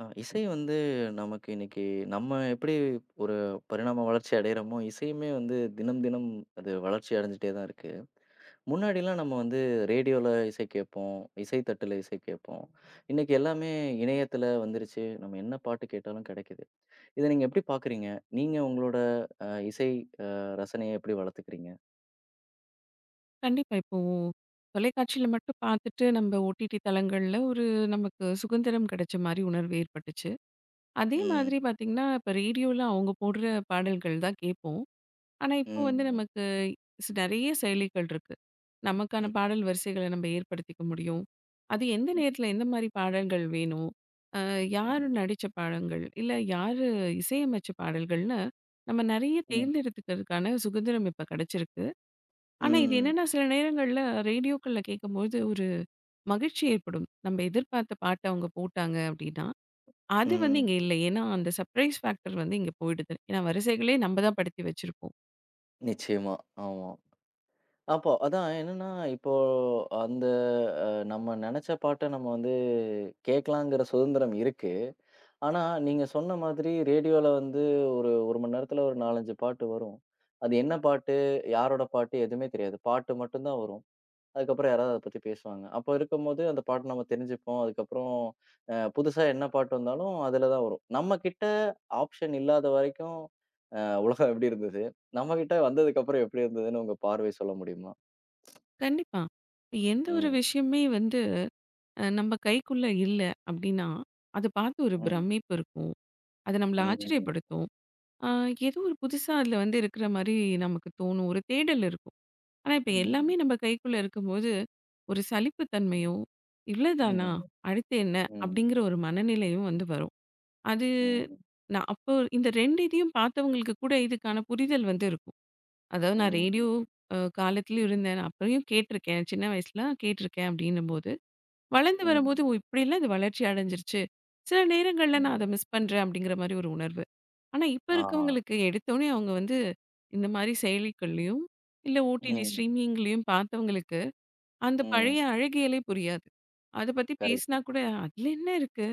இசை வந்து நமக்கு இன்னைக்கு நம்ம எப்படி ஒரு பரிணாம வளர்ச்சி அடையிறோமோ, இசையுமே வந்து தினம் தினம் அது வளர்ச்சி அடைஞ்சுட்டே தான் இருக்கு. முன்னாடிலாம் நம்ம வந்து ரேடியோல இசை கேட்போம், இசை தட்டுல இசை கேட்போம். இன்னைக்கு எல்லாமே இணையத்துல வந்துருச்சு. நம்ம என்ன பாட்டு கேட்டாலும் கிடைக்குது. இத நீங்க எப்படி பார்க்குறீங்க? நீங்க உங்களோட இசை அ ரசனைய எப்படி வளர்த்துக்கிறீங்க? கண்டிப்பா. இப்போ தொலைக்காட்சியில மட்டும் பார்த்துட்டு நம்ம ஓடிடி தளங்கள்ல ஒரு நமக்கு சுதந்திரம் கிடைச்ச மாரி உணர்வு ஏற்பட்டுச்சு. அதே ம். மாதிரி பார்த்தீங்கன்னா, இப்ப ரேடியோல அவங்க போடுற பாடல்கள் தான் கேட்போம். ஆனா, இப்போ வந்து ம். நமக்கு நெறைய செயலிகள் இருக்கு. நமக்கான ம். பாடல் வரிசைகள நம்ம ஏற்படுத்திக்க முடியும். அது எந்த ம். நேரத்தில எந்த மாரி பாடல்கள் வேணும்? அ யாரு ம். நடிச்ச பாடல்கள்? இல்ல யாரு இசையமைச்ச பாடல்கள்னு நம்ம நெறைய ம். தேர்ந்தெடுத்துக்கிறதுக்கான சுதந்திரம் இப்ப கிடைச்சிருக்கு. ஆனா, இது ம். என்னன்னா சில நேரங்கள்ல ரேடியோக்கள்ல கேட்கும்போது ஒரு மகிழ்ச்சி ஏற்படும். நம்ம எதிர்பார்த்த பாட்ட அவங்க போட்டாங்க அப்படின்னா, அது வந்து ம். இங்க இல்ல. ஏன்னா, அந்த சர்ப்ரைஸ் ஃபேக்டர் வந்து இங்க போயிடுது. ஏன்னா, வரிசைகளே நம்ம தான் படுத்தி வச்சிருப்போம். நிச்சயமா. ஆமா. அப்போ அதான் என்னன்னா, இப்போ அந்த நம்ம நெனச்ச பாட்ட நம்ம வந்து கேட்கலாங்கிற சுதந்திரம் இருக்கு. ஆனா, நீங்க சொன்ன மாதிரி ரேடியோல வந்து ஒரு 1 மணி நேரத்துல ஒரு 4, 5 பாட்டு வரும். அது என்ன பாட்டு, யாரோட பாட்டு எதுவுமே தெரியாது. பாட்டு மட்டும் தான் வரும். அதுக்கப்புறம் யாராவது அத பத்தி பேசுவாங்க. அப்போ இருக்கும்போது அந்த பாட்டு நம்ம தெரிஞ்சுப்போம். அதுக்கப்புறம் புதுசா என்ன பாட்டு வந்தாலும் அதுல தான் வரும். நம்ம கிட்ட ஆப்ஷன் இல்லாத வரைக்கும் அ உலகம் எப்படி இருந்தது? நம்ம கிட்ட வந்ததுக்கப்புறம் எப்படி இருந்ததுன்னு உங்க பார்வை சொல்ல முடியுமா? கண்டிப்பா. இப்ப எந்த ஒரு ம். விஷயமே வந்து நம்ம கைக்குள்ள இல்ல அப்படின்னா, அத பார்த்து ஒரு ம், பிரமிப்பு இருக்கும். அது நம்மள ம், ஆச்சரியப்படுத்தும். அ ஏதோ ஒரு புதுசா அதுல வந்து இருக்கிற மாரி நமக்கு தோணும். ஒரு தேடல் இருக்கும். ஆனா, இப்ப எல்லாமே ம், நம்ம கைக்குள்ள இருக்கும்போது, ஒரு சலிப்பு தன்மையும், "இவ்ளதானா? ம், அடுத்து என்ன?" ம், அப்படிங்கிற ஒரு மனநிலையும் வந்து வரும். அது ம், நான் அப்போ இந்த 2 இதையும் பார்த்தவங்களுக்கு கூட இதுக்கான புரிதல் வந்து இருக்கும். அதாவது நான் ம், ரேடியோ காலத்திலயும் இருந்தேன். நான் அப்பயும் கேட்டுருக்கேன். சின்ன வயசுல கேட்டுருக்கேன் அப்படின்னும்போது, வளர்ந்து வரும்போது, ம், "ஓ! இப்படிலாம் இது வளர்ச்சி அடைஞ்சிருச்சு." சில நேரங்கள்ல நான் அத ம். மிஸ் பண்றேன் அப்படிங்கிற மாரி ஒரு உணர்வு. ஆனா, இப்ப ஆ, இருக்கவங்களுக்கு எடுத்தோனே அவங்க வந்து இந்த மாரி செயலிகள்லயும், இல்ல ஓடிடி ம், ஸ்ட்ரீமிங்லயும் பார்த்தவங்களுக்கு, அந்த ம். பழைய அழகியலே புரியாது. அத பத்தி பேசினா கரெக்ட். கூட, "அதுல என்ன இருக்கு?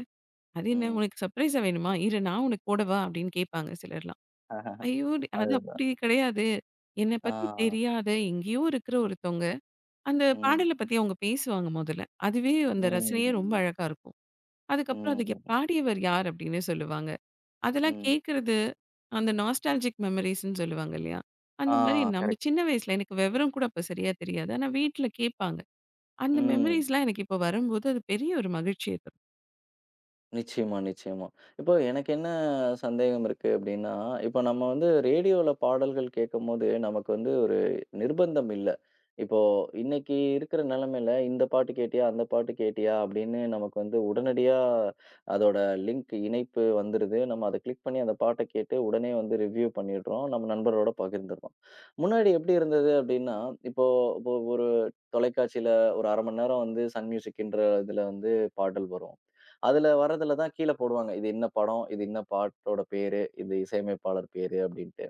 அது என்ன ம். உனக்கு சர்ப்ரைஸா வேணுமா? இரு நான் உனக்கு போடவா?" அப்படின்னு கேட்பாங்க சிலர்லாம். ஆஹாஹா. ஐயோ! அது அதுதான். அப்படி கிடையாது. என்ன ஆ, பத்தி தெரியாத எங்கேயோ இருக்கிற ஒருத்தவங்க, அந்த ம், பாடல பத்தி அவங்க பேசுவாங்க முதல்ல. அதுவே அந்த ரசனையே ரொம்ப ம், அழகா இருக்கும். அதுக்கப்புறம் அதுக்கு ம், பாடியவர் யார் அப்படின்னு சொல்லுவாங்க. அதெல்லாம் ம். கேட்கறது, அந்த நாஸ்டால்ஜிக் மெமரீஸ்ன்னு சொல்லுவாங்க இல்லையா? அந்த ஆ, மாரி நம்ம கரெக்ட். சின்ன வயசுல எனக்கு விவரம் கூட அப்ப சரியா தெரியாது. ஆனா வீட்ல கேட்பாங்க. அந்த ம். மெமரீஸ்லாம் எனக்கு இப்ப வரும்போது, அது பெரிய ஒரு மகிழ்ச்சிய தரும். நிச்சயமா, நிச்சயமா. இப்போ எனக்கு என்ன சந்தேகம் இருக்கு அப்படின்னா, இப்போ நம்ம வந்து ரேடியோல பாடல்கள் கேட்கும்போது, நமக்கு வந்து ஒரு நிர்பந்தம் இல்ல. இப்போ இன்னைக்கு இருக்கிற நிலைமையில, இந்த பாட்டு கேட்டியா? அந்த பாட்டு கேட்டியா? அப்படின்னு நமக்கு வந்து உடனடியா அதோட லிங்க் இணைப்பு வந்துருது. நம்ம அத கிளிக் பண்ணி அந்த பாட்ட கேட்டு உடனே வந்து ரிவ்யூ பண்ணிடுறோம். நம்ம நண்பரோட பகிர்ந்துடுறோம். முன்னாடி எப்படி இருந்தது அப்படின்னா, இப்போ இப்போ ஒரு தொலைக்காட்சியில ஒரு 1/2 மணி நேரம் வந்து சன் மியூசிக்ன்ற இதுல வந்து பாடல் வரும். அதுல வர்றதுல தான் கீழ போடுவாங்க. இது இன்ன படம், இது இன்ன பாட்டோட பேரு, இது இசையமைப்பாளர் பேரு அப்டின்ட்டு.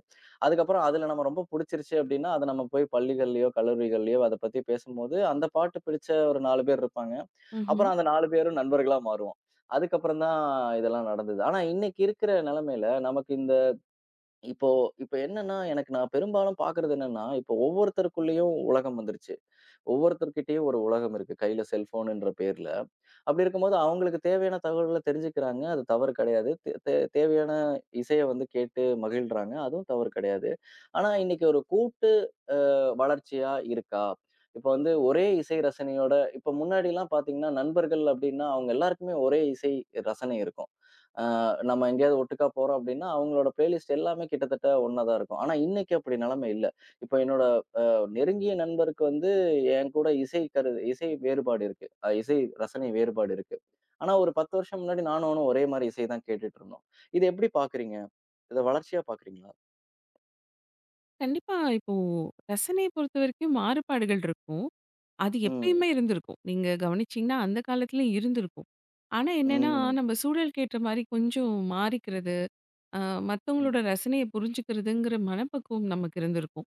அதுக்கப்புறம் அதுல நம்ம ரொம்ப புடிச்சிருச்சு அப்டின்னா, அத நம்ம போய் பள்ளிகள்லயோ, கல்லூரிகள்லயோ அத பத்தி பேசும்போது, அந்த பாட்டு பிடிச்ச ஒரு 4 பேர் இருப்பாங்க. ம்ஹ்ம். அப்புறம் அந்த 4 பேரும் நண்பர்களா மாறுவோம். அதுக்கப்புறம் தான் இதெல்லாம் நடந்தது. ஆனா இன்னைக்கு இருக்கிற நெலைமையில நமக்கு இந்த இப்போ இப்ப என்னன்னா, எனக்கு நான் பெரும்பாலும் பார்க்கிறது என்னன்னா, இப்போ ஒவ்வொருத்தருக்குள்ளேயும் உலகம் வந்துருச்சு. ஒவ்வொருத்தர்கிட்டயும் ஒரு உலகம் இருக்கு. கையில செல்ஃபோனுன்ற பேர்ல. அப்படி இருக்கும்போது அவங்களுக்கு தேவையான தகவல்கள தெரிஞ்சுக்கிறாங்க. அது தவறு கிடையாது. தே தே தேவையான இசைய வந்து கேட்டு மகிழ்றாங்க. அதுவும் தவறு கிடையாது. ஆனா இன்னைக்கு ஒரு கூட்டு வளர்ச்சியா இருக்கா? இப்ப வந்து ஒரே இசை ரசனையோட இப்ப முன்னாடிலாம் பார்த்தீங்கன்னா, நண்பர்கள் அப்படின்னா அவங்க எல்லாருக்குமே ஒரே இசை ரசனை இருக்கும். அ நம்ம எங்கேயாவது ஒட்டுக்கா போறோம் அப்படின்னா, அவங்களோட பிளேலிஸ்ட் எல்லாமே கிட்டத்தட்ட ஒண்ணா தான் இருக்கும். ஆனா இன்னைக்கு அப்படி நிலைமை இல்ல. இப்போ என்னோட நெருங்கிய நண்பருக்கு வந்து என் கூட இசை இசை வேறுபாடு இருக்கு. இசை ரசனை வேறுபாடு இருக்கு. ஆனா ஒரு 10 வருஷம் முன்னாடி நானும் அவனும் ஒரே மாரி இசை தான் கேட்டுட்டு இருந்தோம். இத எப்படி பார்க்குறீங்க? இத வளர்ச்சியா பார்க்குறீங்களா? கண்டிப்பா இப்போ ரசனைய பொறுத்தவரைக்கும் மாறுபாடுகள் இருக்கும். அது ம். எப்பயுமே இருந்திருக்கும். நீங்க கவனிச்சீங்கன்னா, அந்த காலத்துலயும் இருந்திருக்கும். ஆனா என்னன்னா, ம். நம்ம சூழலுக்கு ஏற்ற மாரி கொஞ்சம் மாறிக்கிறது, அ ம். மத்தவங்களோட ரசனைய புரிஞ்சுக்கிறதுங்கிற மனப்பக்குவம் நமக்கு இருந்திருக்கும்.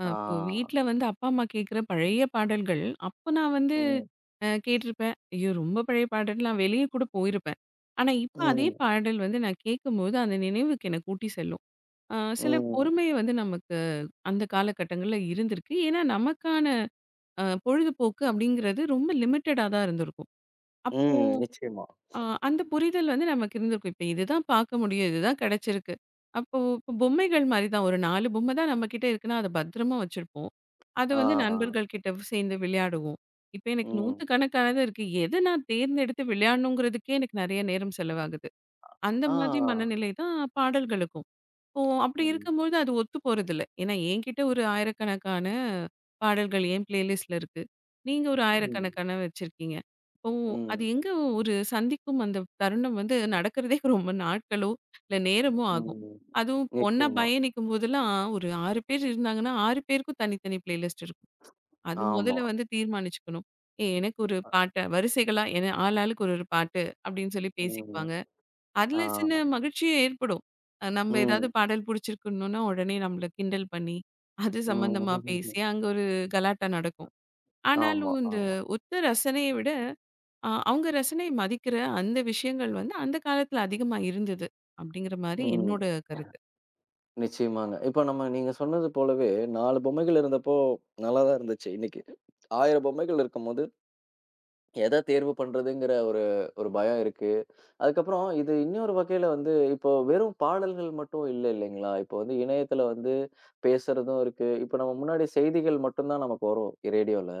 இப்போ வீட்ல ஆ. வந்து அப்பா, அம்மா கேட்கிற பழைய பாடல்கள், அப்ப நான் வந்து ம். கேட்டிருப்பேன். ஐயோ! ரொம்ப பழைய பாடல் நான் வெளிய கூட போயிருப்பேன். ஆனா, இப்ப அதே ம். பாடல் வந்து நான் கேட்கும்போது, அந்த நினைவுக்கு என்ன கூட்டி செல்லும். அ சில ம். பொறுமை வந்து நமக்கு அந்த காலகட்டங்கள்ல இருந்திருக்கு. ஏன்னா, நமக்கான பொழுதுபோக்கு அப்படிங்கிறது ரொம்ப லிமிட்டடா தான் இருந்திருக்கும். அப்போ ம். நிச்சயமா. ஆ அந்த புரிதல் வந்து நமக்கு இருந்திருக்கும். இப்ப இதுதான் பார்க்க முடியும். இதுதான் கிடைச்சிருக்கு. அப்போ இப்ப பொம்மைகள் மாரி தான். ஒரு 4 பொம்மை தான் நம்ம கிட்ட இருக்குன்னா, அத பத்திரமா வச்சிருப்போம். அத ஆ. வந்து நண்பர்கள் கிட்ட சேர்ந்து விளையாடுவோம். இப்ப எனக்கு ம். நூத்துக்கணக்கானது இருக்கு. எத நான் தேர்ந்தெடுத்து விளையாடணுங்கிறதுக்கே எனக்கு நெறைய நேரம் செலவாகுது. அந்த மாதிரி ஆ. மனநிலை தான் பாடல்களுக்கும். இப்போ அப்படி ம். இருக்கும்போது அது ஒத்து போறதில்ல. ஏன்னா என்கிட்ட ஒரு ஆயிரக்கணக்கான பாடல்கள் என் பிளேலிஸ்ட்ல இருக்கு. நீங்க ஒரு ம். ஆயிரக்கணக்கான வச்சிருக்கீங்க. இப்போ அது ம். எங்க ஒரு சந்திக்கும் அந்த தருணம் வந்து நடக்கிறதே ரொம்ப நாட்களோ, இல்ல நேரமோ ஆகும். ம். அதுவும் ஒண்ணா நிச்சயமா. பயணிக்கும் போதெல்லாம் ஒரு 6 பேர் இருந்தாங்கன்னா, 6 பேருக்கும் தனித்தனி பிளேலிஸ்ட் இருக்கும். அது ஆமா. முதல்ல வந்து தீர்மானிச்சுக்கணும். ஏய் எனக்கு ஒரு பாட்ட வரிசைகளா என ஆளாளுக்கு ஒரு ஒரு பாட்டு அப்படின்னு சொல்லி ம். பேசிக்குவாங்க. அதுல ஆ. சின்ன மகிழ்ச்சி ஏற்படும். நம்ம ஏதாவது ம். பாடல் புடிச்சிருக்கணும்னா, உடனே நம்மள கிண்டல் பண்ணி, அது சம்மந்தமா பேசி ம். அங்க ஒரு கலாட்டா நடக்கும். ஆமா, ஆனாலும் இந்த ஆமா. ஒத்த ரசனைய விட, அவங்க ரசனைய மதிக்கிற அந்த விஷயங்கள் வந்து அந்த காலத்துல அதிகமா இருந்தது. அப்படிங்கிற மாரி ம். என்னோட கருத்து. நிச்சயமாங்க. இப்ப நம்ம நீங்க சொன்னது போலவே 4 பொம்மைகள் இருந்தப்போ நல்லா தான் இருந்துச்சு இன்னைக்கு. 1000 பொம்மைகள் இருக்கும்போது, எத தேர்வு பண்றதுங்கிற ஒரு ஒரு பயம் இருக்கு. அதுக்கப்புறம் இது இன்னொரு வகையில வந்து இப்போ வெறும் பாடல்கள் மட்டும் இல்ல இல்லைங்களா? இப்போ வந்து இணையத்துல வந்து பேசுறதும் இருக்கு. இப்ப நம்ம முன்னாடி செய்திகள் மட்டும் தான் நமக்கு வரும் ரேடியோல.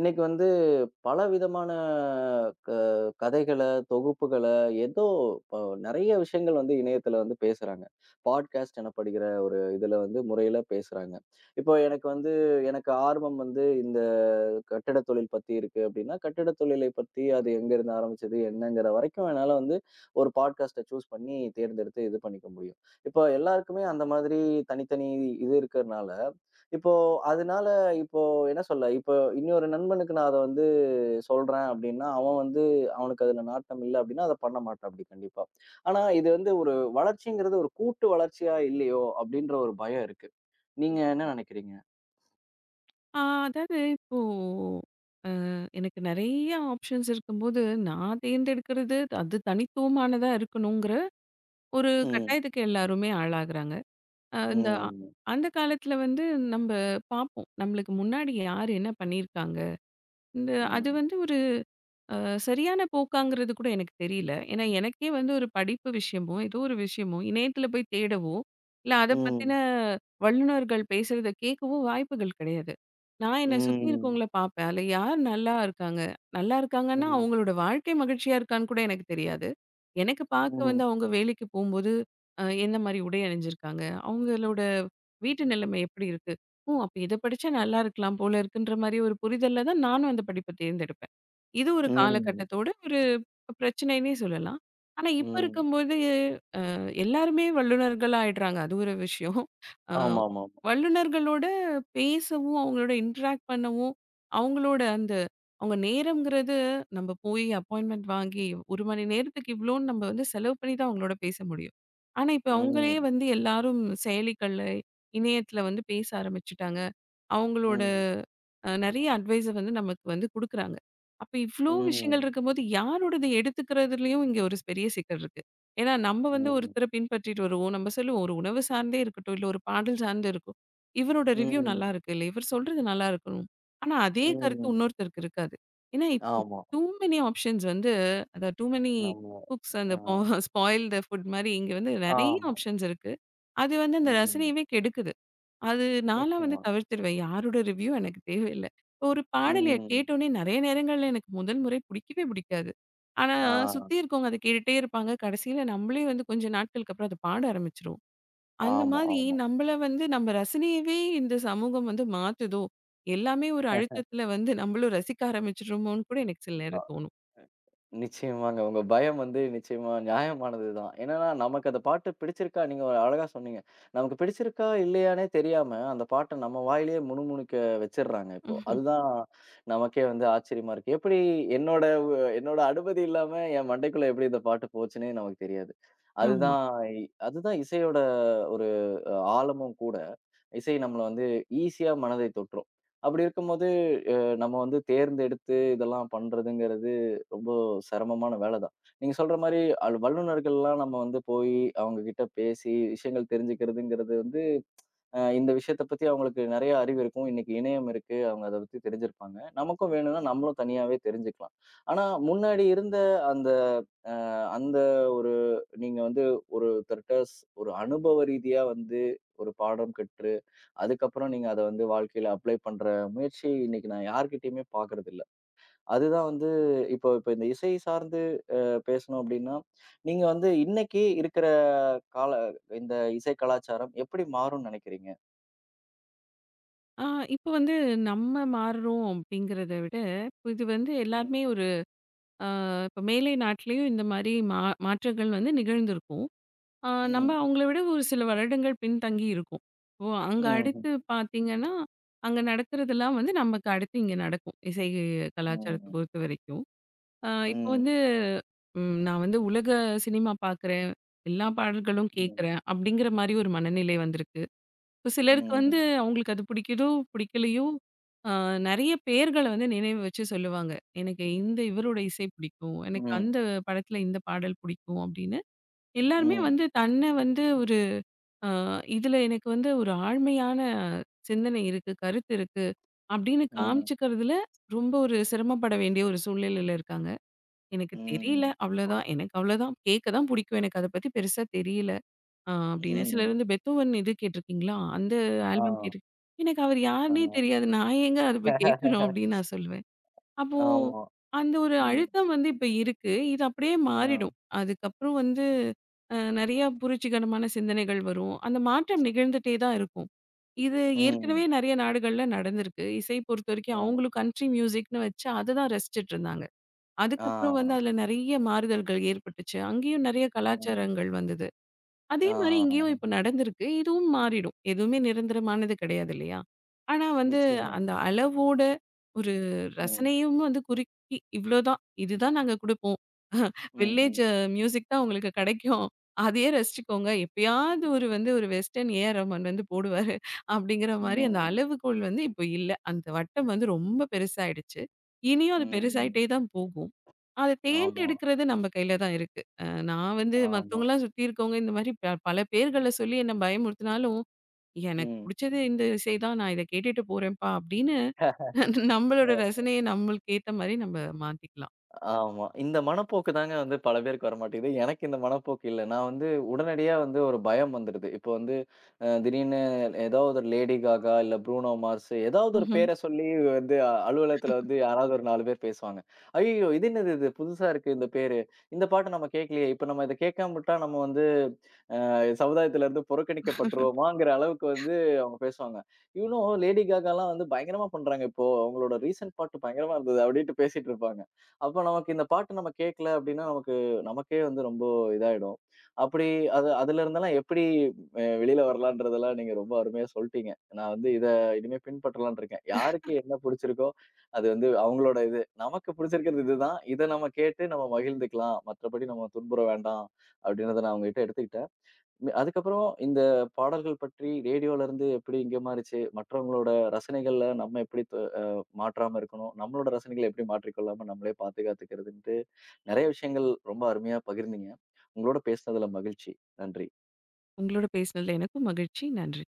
இன்னைக்கு வந்து பலவிதமான க கதைகள, தொகுப்புகள ஏதோ ப நெறைய விஷயங்கள் வந்து இணையத்தில வந்து பேசுறாங்க. பாட்காஸ்ட் எனப்படுகிற ஒரு இதுல வந்து முறையில பேசுறாங்க. இப்போ எனக்கு வந்து எனக்கு ஆர்வம் வந்து இந்த கட்டிட தொழில் பத்தி இருக்கு அப்படின்னா, கட்டிட தொழிலை பத்தி அது எங்கேருந்து ஆரம்பிச்சது? என்னங்கிற வரைக்கும் என்னால வந்து ஒரு பாட்காஸ்ட்ட சூஸ் பண்ணி தேர்ந்தெடுத்து இது பண்ணிக்க முடியும். இப்போ எல்லாருக்குமே அந்த மாதிரி தனித்தனி இது இருக்கிறனால, இப்போ அதனால இப்போ என்ன சொல்ல, இப்போ இன்னொரு நண்பனுக்கு நான் அத வந்து சொல்றேன் அப்டின்னா, அவன் வந்து அவனுக்கு அதுல நாட்டம் இல்ல அப்டின்னா, அத பண்ண மாட்டாப்டி கண்டிப்பா. ஆனா இது வந்து ஒரு வளர்ச்சிங்கிறது ஒரு கூட்டு வளர்ச்சியா இல்லையோ அப்டின்ற ஒரு பயம் இருக்கு. நீங்க என்ன நெனைக்கிறீங்க? ஆ அதாவது இப்போ எனக்கு நெறைய ஆப்ஷன்ஸ் இருக்கும்போது, நான் தேர்ந்தெடுக்கிறது அது தனித்துவமானதா இருக்கணுங்கிற ஒரு ம், கட்டாயத்துக்கு எல்லாருமே ஆளாகுறாங்க. அ இந்த ம், அந்த காலத்துல வந்து நம்ப பார்ப்போம். நம்மளுக்கு முன்னாடி யார் என்ன பண்ணியிருக்காங்க? இந்த அது ம், வந்து ஒரு அ சரியான போக்காங்கிறது கூட எனக்கு தெரியல. ஏன்னா, எனக்கே வந்து ஒரு படிப்பு விஷயமோ, ஏதோ ஒரு விஷயமோ, இணையத்தில போய் தேடவோ, இல்ல அத பத்தின ம், வல்லுனர்கள் பேசுறத கேட்கவோ வாய்ப்புகள் கிடையாது. நான் என்ன சுத்தி ம், இருக்கவங்கள பார்ப்பேன். அதில யார் நல்லா இருக்காங்க? நல்லா இருக்காங்கன்னா, ம், அவங்களோட வாழ்க்கை மகிழ்ச்சியா இருக்கான்னு கூட எனக்கு தெரியாது. எனக்கு பார்க்க ம், வந்து அவங்க வேலைக்கு போம்போது, எந்த மாரி உடை அணிஞ்சிருக்காங்க? அவங்களோட வீட்டு நிலைமை எப்படி இருக்கு? ஓ! அப்ப இத படிச்சா நல்லா இருக்கலாம் போல இருக்குன்ற மாரி ஒரு புரிதல்ல தான் நானும் அந்த படிப்ப தேர்ந்தெடுப்பேன். இது ஒரு ம், காலகட்டத்தோட ஒரு பிரச்சனைன்னே சொல்லலாம். ஆனா இப்ப ம். இருக்கும்போது எல்லாருமே வல்லுனர்களா ஆயிடுறாங்க. அது ஒரு விஷயம். அ ஆமாமா. வல்லுனர்களோட பேசவும், அவங்களோட இன்டராக்ட் பண்ணவும், அவங்களோட அந்த அவங்க நேரம்ங்கிறது நம்ம போய் அப்பாயின்ட்மென்ட் வாங்கி 1 மணி நேரத்துக்கு இவ்ளோன்னு நம்ம வந்து செலவு பண்ணி தான் அவங்களோட பேச முடியும். ஆனா இப்ப அவங்களே ம், வந்து எல்லாரும் செயலிகள்ல, இணையத்துல வந்து பேச ஆரம்பிச்சுட்டாங்க. அவங்களோட ம், நெறைய அட்வைஸ வந்து நமக்கு வந்து குடுக்குறாங்க. அப்ப இவ்ளோ விஷயங்கள் ம், இருக்கும்போது, யாரோடது எடுத்துக்கிறதுலயும் இங்க ஒரு பெரிய சிக்கல் இருக்கு. ஏன்னா, நம்ம வந்து ம், ஒருத்தர பின்பற்றிட்டு வருவோம். நம்ம சொல்லுவோம், ஒரு உணவு சார்ந்தே இருக்கட்டும், இல்ல ஒரு பாடல் சார்ந்து இருக்கும். இவரோட ரிவ்யூ நல்லா ம், இருக்கு, இல்ல இவர் சொல்றது நல்லா இருக்கணும். ஆனா, அதே கருத்து ம். இன்னொருத்தருக்கு இருக்காது. ஏன்னா, இப்ப ஆமா. டூ மெனி ஆப்ஷன்ஸ் வந்து அதான் டூ மெனி நம்ம குக்ஸ் அந்த அ ஸ்பாயில் த ஃபுட் மாரி இங்க வந்து நெறைய ஆமா. ஆப்ஷன்ஸ் இருக்கு. அது வந்து அந்த ம். ரசனையவே கெடுக்குது. அது நான்லாம் வந்து நிச்சயமா. தவிர்த்துருவேன். யாரோட ரிவ்யூ எனக்கு தேவையில்ல. ஒரு பாடலைய ம். கேட்டோனே நெறைய நேரங்கள்ல எனக்கு முதல் முறை பிடிக்கவே பிடிக்காது. ஆனா, ஆ. சுத்தி இருக்கவங்க அத கேட்டுட்டே இருப்பாங்க. கடைசியில நம்மளே வந்து கொஞ்ச நாட்களுக்கு அப்புறம் அத பாட ஆரம்பிச்சுருவோம். அந்த ஆமா, மாதிரி ஆமா. நம்மள வந்து நம்ம ரசனையவே இந்த சமூகம் வந்து மாத்துதோ! எல்லாமே ஒரு அழுத்தத்துல வந்து நம்மளும் ரசிக்க ஆரம்பிச்சுடுறோமோன்னு கூட எனக்கு சில அ நேரம் தோணும். நிச்சயமாங்க. உங்க பயம் வந்து நிச்சயமா நியாயமானது தான். என்னன்னா, நமக்கு அந்த பாட்டு பிடிச்சிருக்கா நீங்க ஒரு அழகா சொன்னீங்க. நமக்கு பிடிச்சிருக்கா இல்லையான்னே தெரியாம, அந்த பாட்ட நம்ம வாயிலேயே முணுமுணுக்க வச்சுடுறாங்க இப்போ. அதுதான் நமக்கே வந்து ஆச்சரியமா இருக்கு. எப்படி என்னோட என்னோட அனுமதி இல்லாம என் மண்டைக்குள்ள எப்படி இந்த பாட்டு போச்சுன்னே நமக்கு தெரியாது. ஆமா. அதுதான் அதுதான் இசையோட ஒரு ஆழமும் கூட. இசை நம்மள வந்து ஈஸியா மனதை தொற்றும். அப்படி இருக்கும்போது நம்ம வந்து தேர்ந்தெடுத்து இதெல்லாம் பண்றதுங்கிறது ரொம்ப சிரமமான வேலை தான். நீங்க சொல்ற மாரி வல்லுனர்கள்லாம் நம்ம வந்து போய் அவங்க கிட்ட பேசி விஷயங்கள் தெரிஞ்சுக்கிறதுங்கிறது வந்து, இந்த விஷயத்த பத்தி அவங்களுக்கு நெறைய அறிவு இருக்கும். இன்னைக்கு இணையம் இருக்கு. அவங்க அத பத்தி தெரிஞ்சிருப்பாங்க. நமக்கும் வேணும்னா நம்மளும் தனியாவே தெரிஞ்சுக்கலாம். ஆனா முன்னாடி இருந்த அந்த அ அந்த ஒரு நீங்க வந்து ஒருத்தர்ட்ட ஒரு அனுபவ ரீதியா வந்து ஒரு பாடம் கற்று அதுக்கப்புறம் நீங்க அத வந்து வாழ்க்கையில அப்ளை பண்ற முயற்சி இன்னைக்கு நான் யார்கிட்டயுமே பார்க்கறதில்ல. அதுதான் வந்து இப்போ இப்போ இந்த இசை சார்ந்து பேசணும் அப்டின்னா, நீங்க வந்து இன்னைக்கு இருக்கிற கால இந்த இசை கலாச்சாரம் எப்படி மாறும்னு நெனைக்கிறீங்க? ஆ இப்ப வந்து நம்ம மாறுறோம் அப்படிங்கிறத விட, இப்போ இது வந்து ம். எல்லாருமே ஒரு இப்போ மேலை நாட்டிலேயும் இந்த மாதிரி மாற்றங்கள் வந்து நிகழ்ந்திருக்கும் நம்ம ம். அவங்கள விட ஒரு சில வருடங்கள் பின்தங்கி இருக்கும் ஓ அங்கே ம். அடுத்து பார்த்தீங்கன்னா அங்கே நடக்கிறதெல்லாம் வந்து நமக்கு அடுத்து இங்கே நடக்கும் இசை கலாச்சாரத்தை ம். பொறுத்த வரைக்கும் இப்போ ம். வந்து நான் வந்து உலக சினிமா பார்க்குறேன் எல்லா பாடல்களும் கேட்குறேன் அப்படிங்கிற மாதிரி ஒரு மனநிலை வந்திருக்கு இப்போ சிலருக்கு ம். வந்து அவங்களுக்கு அது பிடிக்குதோ, பிடிக்கலையோ, அ நெறைய பேர்கள வந்து நினைவு வச்சு சொல்லுவாங்க. எனக்கு இந்த இவரோட இசை பிடிக்கும். எனக்கு ம். அந்த படத்துல இந்த பாடல் பிடிக்கும் அப்படின்னு. எல்லாருமே ம். வந்து தன்னை வந்து ஒரு அ இதுல எனக்கு வந்து ஒரு ஆழ்மையான சிந்தனை இருக்கு, கருத்து இருக்கு அப்படின்னு ம். காமிச்சுக்கிறதுல ரொம்ப ஒரு சிரமப்பட வேண்டிய ஒரு சூழ்நிலையில இருக்காங்க. எனக்கு தெரியல ம். அவ்வளோதான். எனக்கு அவ்வளோதான். கேட்க தான் பிடிக்கும். எனக்கு அத பத்தி பெருசா தெரியல. அப்படின்னு. ம். சிலர் வந்து பெத்தோவன் இது கேட்டிருக்கீங்களா? அந்த ஆ. ஆல்பம் கேட்டு எனக்கு அவர் ஆ. யாருன்னே தெரியாது. நான் ஏங்க அத போய் கேட்கணும் அப்படின்னு நான் சொல்லுவேன். அப்போ ஆமா. அந்த ஒரு ம். அழுத்தம் வந்து இப்ப இருக்கு. இது அப்படியே ம். மாறிடும். அதுக்கப்புறம் வந்து நெறைய புரட்சிகரமான சிந்தனைகள் வரும். அந்த மாற்றம் நிகழ்ந்துட்டே தான் இருக்கும். இது ம். ஏற்கனவே நெறைய நாடுகள்ல நடந்திருக்கு. இசை பொறுத்தவரைக்கும் ம். அவங்களும் கண்ட்ரி மியூசிக்ன்னு வச்சு அததான் ரசிச்சுட்டு இருந்தாங்க. அதுக்கப்புறம் வந்து ஆ. அதுல நெறைய மாறுதல்கள் ஏற்பட்டுச்சு. அங்கேயும் நெறைய ம். கலாச்சாரங்கள் வந்தது. அதே மாரி இங்கேயும் ஆஹாஹாஹா. இப்ப நடந்திருக்கு. இதுவும் மாறிடும். எதுவுமே நிரந்தரமானது கிடையாது இல்லையா? ஆனா வந்து நிச்சயமா. அந்த அளவோட ஒரு ம். ரசனையும் வந்து குறுக்கி இவ்ளோதான். இதுதான் நாங்க குடுப்போம். ம், ம். வில்லேஜ் மியூசிக் தான் உங்களுக்கு கிடைக்கும். அதையே ரசிச்சுக்கோங்க. எப்பயாவது ஒரு வந்து ஒரு வெஸ்டர்ன் ஏஆர் ரஹ்மான் வந்து போடுவாரு. அப்படிங்கிற மாரி அந்த ம். அளவுகோல் வந்து இப்போ இல்ல. அந்த வட்டம் வந்து ரொம்ப பெருசாயிடுச்சு. இனியும் அது பெருசாயிட்டே ம். தான் போகும். அத ஆமா, தேர்ந்தெடுக்கிறது நம்ம கையில தான் இருக்கு. நான் வந்து ஆமா. மத்தவங்கலாம் சுத்தி இருக்கவங்க இந்த மாரி பல பேர்கள சொல்லி என்ன பயமுறுத்தினாலும், எனக்கு ம். புடிச்சது இந்த இசை தான். நான் இத கேட்டுட்டு போறேன்ப்பா அப்படின்னு நம்மளோட அ ரசனைய நம்மளுக்கு ஏத்த மாரி நம்ம மாத்திக்கலாம். ஆமா. இந்த மனப்போக்கு தாங்க வந்து பல பேருக்கு வரமாட்டேங்குது. எனக்கு இந்த மனப்போக்கு இல்ல. நான் வந்து உடனடியா வந்து ஒரு பயம் வந்துருது. இப்போ வந்து திடீர்னு ஏதாவது ஒரு லேடி காகா, இல்ல ப்ரூனோ மார்ஸ் ஏதாவது ஒரு பேர சொல்லி வந்து அலுவலகத்துல வந்து யாராவது ஒரு 4 பேர் பேசுவாங்க. "ஐயய்யோ! இது என்னது இது? புதுசா இருக்கு இந்த பேரு. இந்த பாட்டு நம்ம கேட்கலையே. இப்ப நம்ம இத கேட்காம விட்டா நம்ம வந்து சமுதாயத்துல இருந்து புறக்கணிக்கப்பட்டுருவோமாங்கிற அளவுக்கு வந்து அவங்க பேசுவாங்க. இவனும் லேடி காகாலாம் வந்து பயங்கரமா பண்றாங்க இப்போ. அவங்களோட ரீசென்ட் பாட்டு பயங்கரமா இருந்தது அப்டின்ட்டு பேசிட்டு இருப்பாங்க. அப்ப நமக்கு இந்த பாட்டு நம்ம கேட்கல அப்டின்னா, நமக்கே வந்து ரொம்ப இதாயிடும். அப்படி அது அதுல இருந்தெல்லாம் எப்படி வெளில வரலான்றதெல்லாம் நீங்க ரொம்ப அருமையா சொல்ட்டீங்க. நான் வந்து இத இனிமே பின்பற்றலாம்ன்னு இருக்கேன். யாருக்கு என்ன புடிச்சிருக்கோ, அது வந்து அவங்களோட இது. நமக்கு புடிச்சிருக்கிறது இதுதான். இத நம்ம கேட்டு நம்ம மகிழ்ந்துக்கலாம். மற்றபடி நம்ம துன்புற வேண்டாம். அப்டின்றத நான் உங்ககிட்ட எடுத்துக்கிட்டேன். அதுக்கப்புறம் இந்த பாடல்கள் பற்றி ரேடியோல இருந்து எப்படி இங்க மாறுச்சு? மற்றவங்களோட ரசனைகள்ல நம்ம எப்படி மாற்றாம இருக்கணும்? நம்மளோட ரசனைகள எப்படி மாற்றிக்கொள்ளாம நம்மளே பாதுகாத்துக்கிறதுன்ட்டு, நெறைய விஷயங்கள் ரொம்ப அருமையா பகிர்ந்தீங்க. உங்களோட பேசினதுல மகிழ்ச்சி. நன்றி. உங்களோட பேசினதுல எனக்கும் மகிழ்ச்சி. நன்றி.